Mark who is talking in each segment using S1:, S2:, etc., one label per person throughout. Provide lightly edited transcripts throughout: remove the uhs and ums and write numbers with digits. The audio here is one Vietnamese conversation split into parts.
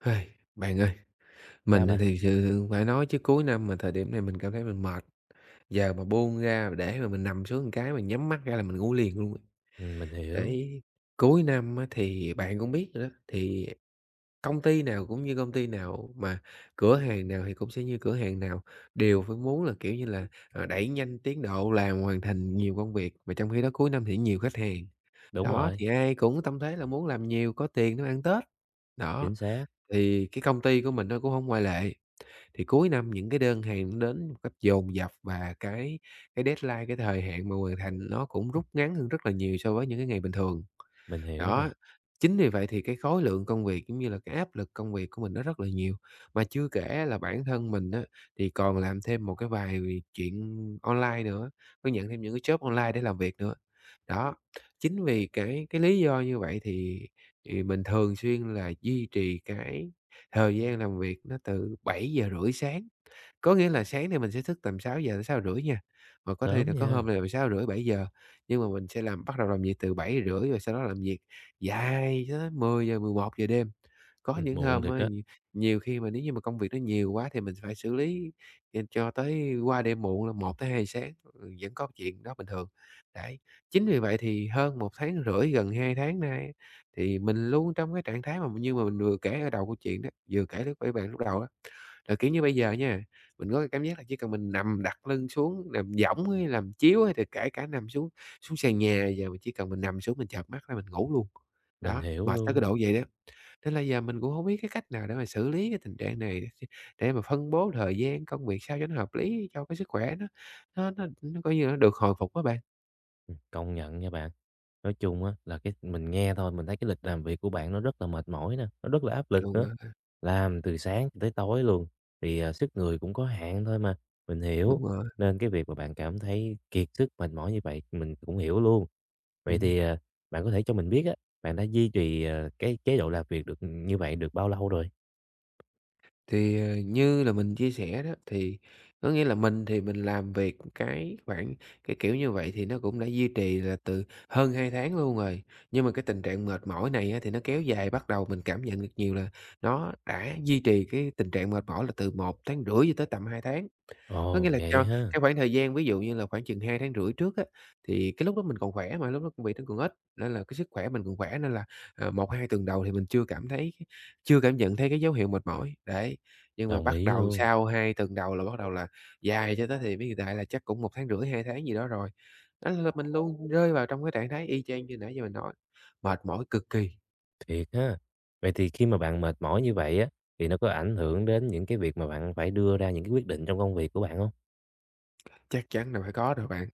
S1: Hây, bạn ơi, mình
S2: Sao bạn?
S1: thì sự phải nói chứ cuối năm mà thời điểm này mình cảm thấy mình mệt, giờ mà buông ra để mà mình nằm xuống một cái mình nhắm mắt ra là mình ngủ liền luôn.
S2: Mình hiểu.
S1: Để cuối năm á thì bạn cũng biết rồi đó, thì công ty nào cũng như công ty nào, mà cửa hàng nào thì cũng sẽ như cửa hàng nào, đều phải muốn là, kiểu như là, đẩy nhanh tiến độ làm hoàn thành nhiều công việc, mà trong khi đó cuối năm thì nhiều khách hàng.
S2: Đúng
S1: Đó,
S2: rồi,
S1: thì ai cũng tâm thế là muốn làm nhiều có tiền để mà ăn Tết, đó,
S2: chính xác,
S1: thì cái công ty của mình nó cũng không ngoại lệ. Thì cuối năm những cái đơn hàng nó đến một cách dồn dập và cái deadline, cái thời hạn mà hoàn thành nó cũng rút ngắn hơn rất là nhiều so với những cái ngày bình thường.
S2: mình hiểu nè.
S1: Đó, chính vì vậy thì cái khối lượng công việc cũng như là cái áp lực công việc của mình nó rất là nhiều. Mà chưa kể là bản thân mình á, thì còn làm thêm một cái vài chuyện online nữa, có nhận thêm những cái job online để làm việc nữa. Đó, chính vì cái lý do như vậy thì mình thường xuyên là duy trì cái thời gian làm việc nó từ 7:30 sáng, có nghĩa là sáng thì mình sẽ thức tầm 6:00 đến 6:30 nha, và có khi là
S2: Sớm
S1: có hôm
S2: nha,
S1: là 6:30 7:00, nhưng mà mình sẽ làm bắt đầu làm việc từ 7:30 rồi sau đó làm việc dài tới mười 10:00 11:00 đêm. Có những
S2: muộn
S1: hôm
S2: thiệt
S1: á,
S2: đó,
S1: nhiều nhiều khi mà nếu như mà công việc nó nhiều quá thì mình phải xử lý, cho tới qua đêm muộn là 1 tới 2 sáng, ừ, vẫn có chuyện đó bình thường. Đấy, chính vì vậy thì hơn 1 tháng rưỡi, gần 2 tháng nay á, thì mình luôn trong cái trạng thái mà như mà mình vừa kể ở đầu câu chuyện đó, vừa kể lúc với bạn lúc đầu đó, là, kiểu như, bây giờ nha mình có cái cảm giác là chỉ cần mình nằm đặt lưng xuống, nằm võng hay làm chiếu hay là kể cả nằm xuống xuống sàn nhà giờ mình chỉ cần mình nằm xuống mình chợp mắt ra mình ngủ luôn.
S2: mình
S1: Đó,
S2: hiểu
S1: mệt tới cái
S2: luôn.
S1: độ vậy đó. Nên là giờ mình cũng hông biết cái cách nào để mà xử lý cái tình trạng này, để mà phân bố thời gian, công việc sao cho nó hợp lý cho cái sức khỏe nó coi như là nó được hồi phục á bạn.
S2: Công nhận nha bạn. Nói chung á là cái mình nghe thôi, mình thấy cái lịch làm việc của bạn nó rất là mệt mỏi nè, nó rất là áp lực
S1: Đúng
S2: nữa.
S1: rồi,
S2: Làm từ sáng tới tối luôn, thì, sức người cũng có hạn thôi mà, mình
S1: đúng
S2: hiểu.
S1: rồi.
S2: Nên cái việc mà bạn cảm thấy kiệt sức, mệt mỏi như vậy mình cũng hiểu luôn. Vậy
S1: Ừm.
S2: thì, bạn có thể cho mình biết á, bạn đã duy trì, cái chế độ làm việc được như vậy được bao lâu rồi?
S1: Thì, như là mình chia sẻ đó, thì có nghĩa là mình thì mình làm việc cái khoảng cái kiểu như vậy thì nó cũng đã duy trì là từ hơn 2 tháng luôn rồi. Nhưng mà cái tình trạng mệt mỏi này á, thì nó kéo dài, bắt đầu mình cảm nhận được nhiều là nó đã duy trì cái tình trạng mệt mỏi là từ 1 tháng rưỡi cho tới tầm 2 tháng. Có nghĩa
S2: Ồ,
S1: là
S2: vậy
S1: cho
S2: ha.
S1: cái khoảng thời gian ví dụ như là khoảng chừng 2 tháng rưỡi trước á, thì cái lúc đó mình còn khỏe mà, lúc đó cũng bị nó còn ít, nên là cái sức khỏe mình còn khỏe nên là, 1, 2 tuần đầu thì mình chưa cảm nhận thấy cái dấu hiệu mệt mỏi, đấy. Nhưng mà
S2: Đồng
S1: bắt
S2: ý
S1: đầu
S2: luôn,
S1: sau 2 tuần đầu là bắt đầu là dài cho tới thì biết hiện tại là chắc cũng 1 tháng, rưỡi 2 tháng gì đó rồi. Đó là mình luôn rơi vào trong cái trạng thái y chang như nãy giờ mình nói, mệt mỏi cực kỳ,
S2: thiệt ha. Vậy thì khi mà bạn mệt mỏi như vậy á, thì nó có ảnh hưởng đến những cái việc mà bạn phải đưa ra những cái quyết định trong công việc của bạn không?
S1: chắc chắn là phải có rồi bạn.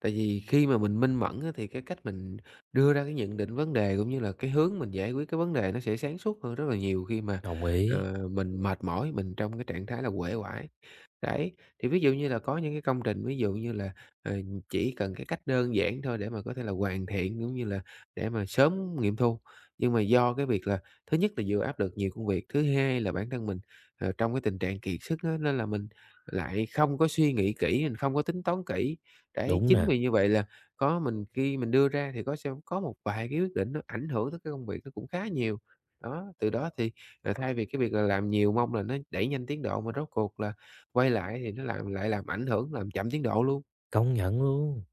S1: Tại vì khi mà mình minh mẫn á, thì cái cách mình đưa ra cái nhận định vấn đề, cũng như là cái hướng mình giải quyết cái vấn đề nó sẽ sáng suốt hơn rất là nhiều khi mà,
S2: Đồng ý,
S1: mình mệt mỏi, mình trong cái trạng thái là uể oải. Đấy, thì ví dụ như là có những cái công trình, ví dụ như là, ờ, chỉ cần cái cách đơn giản thôi để mà có thể là hoàn thiện, cũng như là để mà sớm nghiệm thu. Nhưng mà do cái việc là thứ nhất là vừa áp lực nhiều công việc, thứ hai là bản thân mình, trong cái tình trạng kiệt sức á, nên là mình lại không có suy nghĩ kỹ, mình không có tính toán kỹ. Đấy,
S2: đúng
S1: chính
S2: nè,
S1: vì như vậy là có mình khi mình đưa ra thì có sẽ có một vài cái quyết định nó ảnh hưởng tới cái công việc nó cũng khá nhiều. Đó, từ đó thì, thay vì cái việc là làm nhiều mong là nó đẩy nhanh tiến độ mà rốt cuộc là quay lại thì nó làm lại làm ảnh hưởng, làm chậm tiến độ luôn.
S2: công nhận luôn.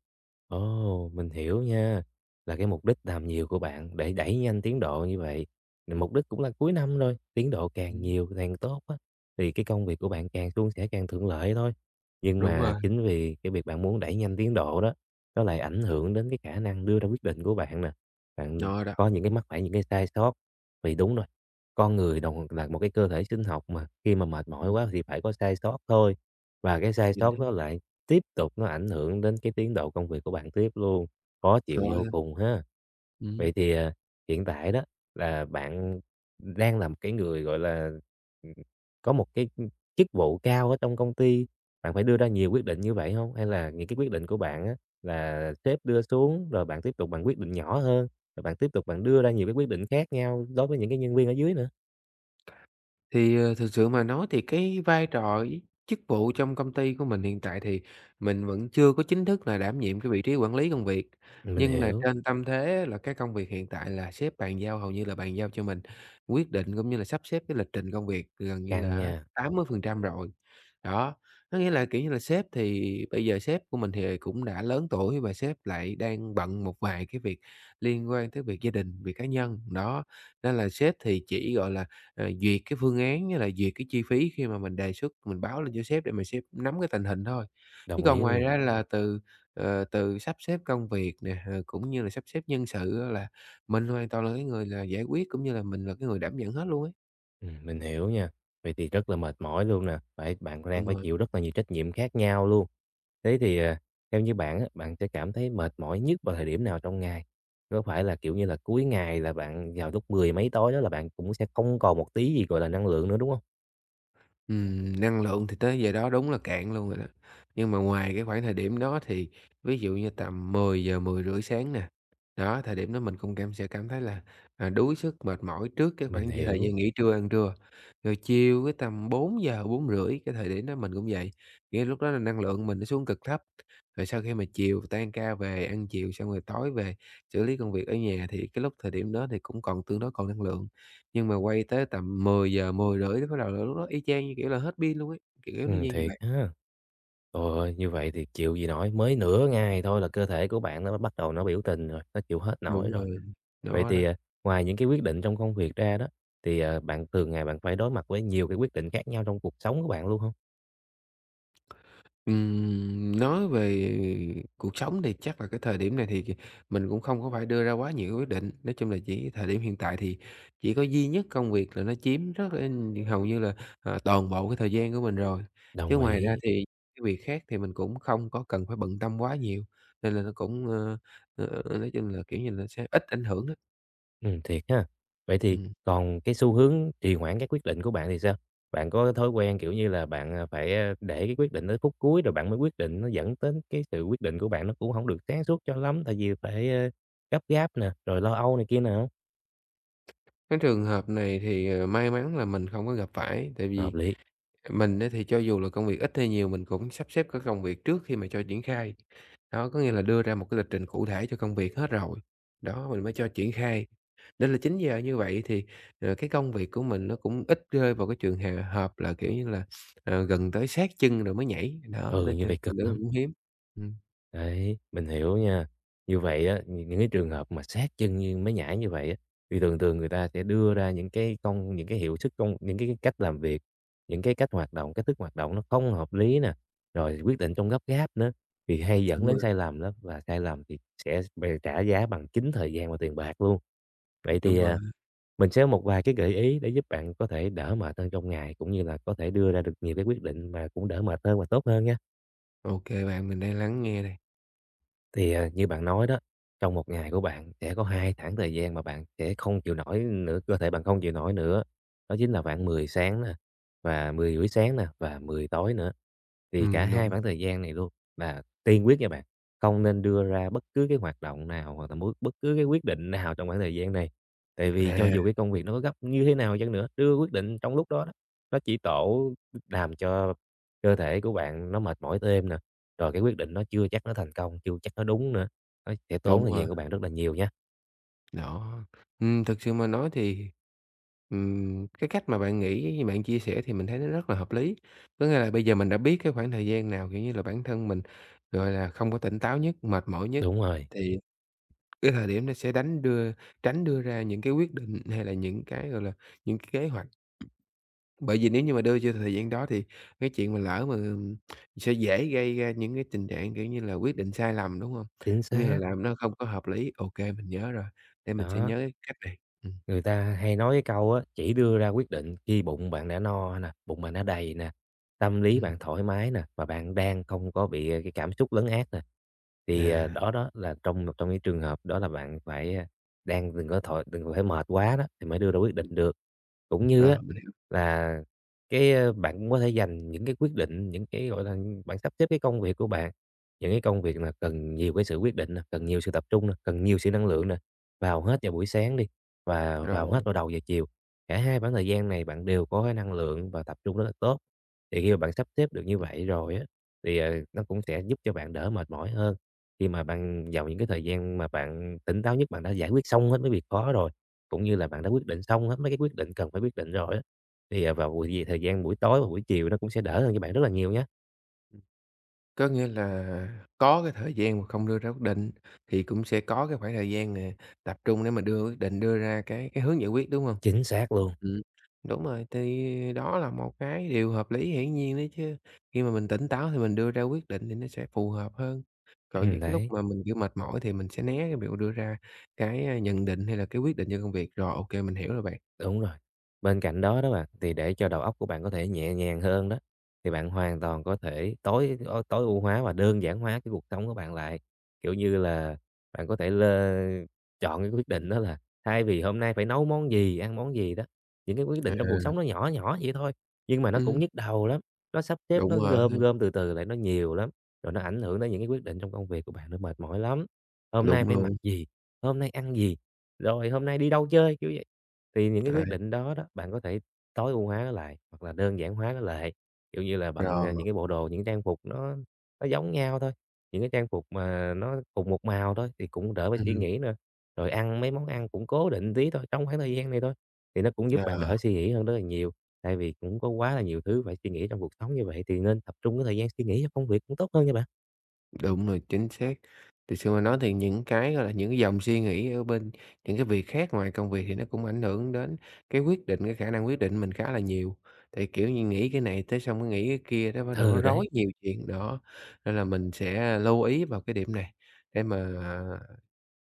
S2: Ồ, mình hiểu nha. Là cái mục đích làm nhiều của bạn để đẩy nhanh tiến độ như vậy. Thì mục đích cũng là cuối năm rồi, tiến độ càng
S1: Ừm.
S2: nhiều càng tốt á. Thì cái công việc của bạn càng suôn sẻ càng thuận lợi thôi. Nhưng
S1: Đúng
S2: mà
S1: rồi.
S2: chính vì cái việc bạn muốn đẩy nhanh tiến độ đó, nó lại ảnh hưởng đến cái khả năng đưa ra quyết định của bạn nè. Bạn
S1: Đó, đó,
S2: có những cái mắc phải những cái sai sót. Vì đúng rồi, con người đồng là một cái cơ thể sinh học mà khi mà mệt mỏi
S1: ừm,
S2: quá thì phải có sai sót thôi. Và cái sai
S1: nhìn thấy
S2: sót đó lại tiếp tục nó ảnh hưởng đến cái tiến độ công việc của bạn tiếp luôn, khó chịu
S1: thôi
S2: vô
S1: à.
S2: cùng ha. Vậy thì, hiện tại đó là bạn đang là một cái người, gọi là, ừm, có một cái, chức vụ cao ở trong công ty, bạn phải đưa ra nhiều quyết định như vậy không? Hay là những cái quyết định của bạn á là sếp đưa xuống rồi bạn tiếp tục bạn quyết định nhỏ hơn, rồi bạn tiếp tục bạn đưa ra nhiều cái quyết định khác nhau đối với những cái nhân viên ở dưới nữa?
S1: Thì, thực sự mà nói thì cái vai trò với chức vụ trong công ty của mình hiện tại thì mình vẫn chưa có chính thức là đảm nhiệm cái vị trí quản lý công việc,
S2: Mình
S1: nhưng mà
S2: hiểu,
S1: trên tâm thế là cái công việc hiện tại là sếp bàn giao hầu như là bàn giao cho mình quyết định cũng như là sắp xếp cái lịch trình công việc gần như
S2: căng
S1: là
S2: nha,
S1: 80% rồi. Đó, có nghĩa là, kiểu như là, sếp thì bây giờ sếp của mình thì cũng đã lớn tuổi và sếp lại đang bận một vài cái việc liên quan tới việc gia đình, việc cá nhân, đó, nên là sếp thì chỉ, gọi là rồi duyệt cái phương án với lại duyệt cái chi phí khi mà mình đề xuất, mình báo lên cho sếp để mà sếp nắm cái tình hình thôi. Chứ
S2: đồng
S1: còn
S2: ý
S1: ngoài
S2: luôn.
S1: ra là từ, từ sắp xếp công việc nè, cũng như là sắp xếp nhân sự á là mình hoàn toàn là cái người là giải quyết, cũng như là mình là cái người đảm nhận hết luôn ấy.
S2: Mình hiểu nha. Vậy thì rất là mệt mỏi luôn nè, phải bạn đang
S1: Đúng
S2: phải
S1: rồi.
S2: chịu rất là nhiều trách nhiệm khác nhau luôn. Thế thì, theo như bạn á, bạn sẽ cảm thấy mệt mỏi nhất vào thời điểm nào trong ngày? Có phải là, kiểu như là, cuối ngày là bạn vào lúc mười mấy tối đó là bạn cũng sẽ không còn một tí gì, gọi là, năng lượng nữa, đúng không?
S1: Năng lượng thì tới giờ đó đúng là cạn luôn rồi đó. Nhưng mà ngoài cái khoảng thời điểm đó thì ví dụ như tầm 10:00, rưỡi sáng nè, đó, thời điểm đó mình cũng cảm thấy là, đuối sức, mệt mỏi trước cái
S2: Mình
S1: khoảng thời
S2: hiểu,
S1: gian nghỉ trưa, ăn trưa. Rồi chiều cái tầm 4:00 4:30 cái thời điểm đó mình cũng vậy, nghĩa lúc đó là năng lượng mình nó xuống cực thấp. Rồi sau khi mà chiều tan ca về, ăn chiều xong rồi tối về xử lý công việc ở nhà thì cái lúc thời điểm đó thì cũng còn tương đối còn năng lượng. Nhưng mà quay tới tầm 10:00 10:30 cái bắt đầu là lúc đó y chang như kiểu là hết pin luôn ấy, kiểu nó như
S2: thiệt
S1: vậy.
S2: ha. Trời ơi, như vậy thì chịu gì nổi, mới nửa ngày thôi là cơ thể của bạn nó bắt đầu nó biểu tình rồi, nó chịu hết nổi
S1: Đúng rồi,
S2: rồi. Vậy
S1: nó đó.
S2: thì, ngoài những cái quyết định trong công việc ra đó, thì, bạn thường ngày bạn phải đối mặt với nhiều cái quyết định khác nhau trong cuộc sống của bạn luôn không?
S1: Nói về cuộc sống thì chắc là cái thời điểm này thì kì mình cũng không có phải đưa ra quá nhiều quyết định. Nói chung là chỉ thời điểm hiện tại thì chỉ có duy nhất công việc là nó chiếm rất là hầu như là, toàn bộ cái thời gian của mình rồi. Chứ
S2: Đồng
S1: ngoài ra
S2: ý.
S1: thì cái việc khác thì mình cũng không có cần phải bận tâm quá nhiều, nên là nó cũng, nói chung là, kiểu như là, sẽ ít ảnh hưởng á.
S2: Thiệt ha. Vậy thì
S1: Ừm.
S2: còn cái xu hướng trì hoãn các quyết định của bạn thì sao? Bạn có cái thói quen, kiểu như là, bạn để cái quyết định tới phút cuối rồi bạn mới quyết định, nó dẫn đến cái sự quyết định của bạn nó cũng không được sáng suốt cho lắm, tại vì phải, gấp gáp nè, rồi lo âu này kia nè không?
S1: Cái trường hợp này thì, may mắn là mình không có gặp phải, tại
S2: Hợp
S1: vì
S2: lý,
S1: mình á thì cho dù là công việc ít hay nhiều mình cũng sắp xếp các công việc trước khi mà cho triển khai. Đó, có nghĩa là đưa ra một cái lịch trình cụ thể cho công việc hết rồi, đó, mình mới cho triển khai. Nên là chín giờ như vậy thì, cái công việc của mình nó cũng ít rơi vào cái trường hà hợp là, kiểu như là, gần tới sát chân rồi mới nhảy, đó,
S2: ừ,
S1: nên
S2: như
S1: cho
S2: vậy
S1: chuyện
S2: cực
S1: đó là
S2: lắm.
S1: cũng hiếm. Ừm,
S2: Đấy, mình hiểu nha. Như vậy á, những cái trường hợp mà sát chân như mới nhảy như vậy á, thì thường thường người ta sẽ đưa ra những cái hiệu suất những cái cách làm việc, những cái cách hoạt động, cách thức hoạt động nó không hợp lý nè, rồi quyết định trong gấp gáp nữa, thì hay dẫn
S1: đúng rồi,
S2: đến sai lầm lắm và sai lầm thì sẽ bè trả giá bằng chính thời gian và tiền bạc luôn. Vậy
S1: đúng
S2: thì,
S1: rồi.
S2: mình sẽ có một vài cái gợi ý để giúp bạn có thể đỡ mệt hơn trong ngày, cũng như là có thể đưa ra được nhiều cái quyết định mà cũng đỡ mệt hơn và tốt hơn nha.
S1: OK bạn, mình đang lắng nghe đây.
S2: Thì, như bạn nói đó, trong một ngày của bạn sẽ có 2 khoảng thời gian mà bạn sẽ không chịu nổi nữa, cơ thể bạn không chịu nổi nữa, đó chính là khoảng 10 sáng nè, và 10:30 sáng nè, và 10 tối nữa. Thì cả hai
S1: Đúng,
S2: khoảng thời gian này luôn là tiên quyết nha bạn, không nên đưa ra bất cứ cái hoạt động nào hoặc là bất bất cứ cái quyết định nào trong khoảng thời gian này. Tại vì cho
S1: à,
S2: dù cái công việc nó có gấp như thế nào chăng nữa, đưa quyết định trong lúc đó đó, nó chỉ tổ làm cho cơ thể của bạn nó mệt mỏi thêm nè, rồi cái quyết định nó chưa chắc nó thành công, chưa chắc nó đúng nữa, nó sẽ tốn
S1: đúng
S2: thời
S1: rồi.
S2: gian của bạn rất là nhiều nha.
S1: Đó, thực sự mà nói thì, cái cách mà bạn nghĩ, bạn chia sẻ thì mình thấy nó rất là hợp lý. Có nghĩa là bây giờ mình đã biết cái khoảng thời gian nào, kiểu như là, bản thân mình, gọi là, không có tỉnh táo nhất, mệt mỏi nhất,
S2: Đúng rồi,
S1: thì cái thời điểm nó sẽ đánh đưa tránh đưa ra những cái quyết định hay là những cái, gọi là, những cái kế hoạch, bởi vì nếu như mà đưa cho thời gian đó thì cái chuyện mà lỡ mà, sẽ dễ gây ra những cái tình trạng, kiểu như là, quyết định sai lầm, đúng hông?
S2: chính
S1: Cũng như là
S2: xác,
S1: làm nó không có hợp lý. Ô kê, mình nhớ rồi, để mình sẽ
S2: đó.
S1: nhớ cái cách này. Ừm,
S2: Người ta hay nói cái câu á, "Chỉ đưa ra quyết định khi bụng bạn đã no nè, bụng bạn đã đầy nè, tâm lý
S1: ừm,
S2: bạn thoải mái nè, và bạn đang không có bị, cái cảm xúc lấn át nè." Thì,
S1: à,
S2: đó đó là trong một trong những trường hợp đó là bạn phải, đang đừng có thoải đừng có phải mệt quá đó thì mới đưa ra quyết định được. Cũng như á
S1: rồi, mình hiểu.
S2: là cái, bạn cũng có thể dành những cái quyết định, những cái, gọi là, bạn sắp xếp cái công việc của bạn, những cái công việc là cần nhiều cái sự quyết định nè, cần nhiều sự tập trung nè, cần nhiều sự năng
S1: Ừm,
S2: lượng nè, vào hết vào buổi sáng đi và vào
S1: rồi.
S2: hết vào đầu giờ chiều. Cả hai khoảng thời gian này bạn đều có cái năng lượng và tập trung rất là tốt. Thì khi mà bạn sắp xếp được như vậy rồi á, thì, nó cũng sẽ giúp cho bạn đỡ mệt mỏi hơn. Khi mà bạn vào những cái thời gian mà bạn tỉnh táo nhất, bạn đã giải quyết xong hết mấy việc khó rồi, cũng như là bạn đã quyết định xong hết mấy cái quyết định cần phải quyết định rồi á, thì, vào buổi gì thời gian buổi tối và buổi chiều nó cũng sẽ đỡ hơn cho bạn rất là nhiều nhá.
S1: Có nghĩa là có cái thời gian mà không đưa ra quyết định, thì cũng sẽ có cái khoảng thời gian nè, tập trung để mà đưa quyết định, đưa ra cái hướng giải quyết, đúng không?
S2: Chính xác luôn.
S1: Ừm, đúng rồi, thì đó là một cái điều hợp lý hiển nhiên đấy chứ. Khi mà mình tỉnh táo thì mình đưa ra quyết định thì nó sẽ phù hợp hơn. Còn những lúc
S2: đấy.
S1: mà mình, kiểu, mệt mỏi thì mình sẽ né cái việc đưa ra cái, nhận định hay là cái quyết định cho công việc. Rồi, OK mình hiểu rồi bạn.
S2: Đúng rồi. Bên cạnh đó đó bạn, thì để cho đầu óc của bạn có thể nhẹ nhàng hơn đó, thì bạn hoàn toàn có thể tối ưu hóa và đơn giản hóa cái cuộc sống của bạn lại. Kiểu như là, bạn có thể chọn cái quyết định đó là thay vì hôm nay phải nấu món gì, ăn món gì đó, những cái quyết định trong cuộc
S1: À,
S2: sống nó nhỏ nhỏ vậy thôi, nhưng mà nó cũng
S1: ừm,
S2: nhức đầu lắm, nó sắp xếp, nó
S1: đúng rồi,
S2: gom gom từ từ lại nó nhiều lắm, rồi nó ảnh hưởng đến những cái quyết định trong công việc của bạn, nó mệt mỏi lắm. Hôm nay
S1: đúng
S2: phải mặc
S1: luôn,
S2: gì? Hôm nay ăn gì? Rồi hôm nay đi đâu chơi? Kiểu thì những cái
S1: đấy,
S2: quyết định đó đó, bạn có thể tối ưu hóa nó lại hoặc là đơn giản hóa nó lại, kiểu như là,
S1: rồi,
S2: những cái bộ đồ, những trang phục nó giống nhau thôi, những cái trang phục mà nó cùng một màu thôi thì cũng đỡ phải suy
S1: ừm,
S2: nghĩ nữa. Rồi ăn mấy món ăn cũng cố định tí thôi, trong khoảng thời gian này thôi, thì nó cũng giúp bạn
S1: ờ.
S2: đỡ suy nghĩ hơn rất là nhiều. Tại vì cũng có quá là nhiều thứ phải suy nghĩ trong cuộc sống như vậy thì nên tập trung cái thời gian suy nghĩ cho công việc cũng tốt hơn nha bạn.
S1: Đúng rồi, chính xác. Thực sự mà nói thì những cái, gọi là, những cái dòng suy nghĩ ở bên những cái việc khác ngoài công việc thì nó cũng ảnh hưởng đến cái quyết định, cái khả năng quyết định mình khá là nhiều. Thì kiểu như, nghĩ cái này tới xong cái nghĩ cái kia đó bắt đầu nó
S2: Ừ,
S1: rối
S2: đấy,
S1: nhiều chuyện, đó, nên là mình sẽ lưu ý vào cái điểm này để mà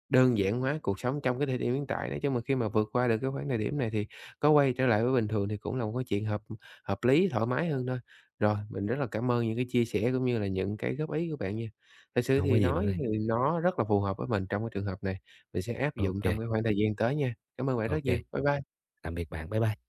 S1: đơn giản hóa cuộc sống trong cái thời điểm hiện tại, nói chung mà khi mà vượt qua được cái khoảng thời điểm này thì có quay trở lại với bình thường thì cũng là một cái chuyện hợp hợp lý, thoải mái hơn thôi. Rồi, mình rất là cảm ơn những cái chia sẻ cũng như là những cái góp ý của bạn nha. Thật sự
S2: không có
S1: thì
S2: gì bạn
S1: nói
S2: ơi.
S1: thì nó rất là phù hợp với mình trong cái trường hợp này, mình sẽ áp dụng
S2: Ok, ok,
S1: trong cái khoảng thời gian tới nha. Cảm ơn bạn rất nhiều. Bye bye.
S2: tạm biệt bạn. Bye bye.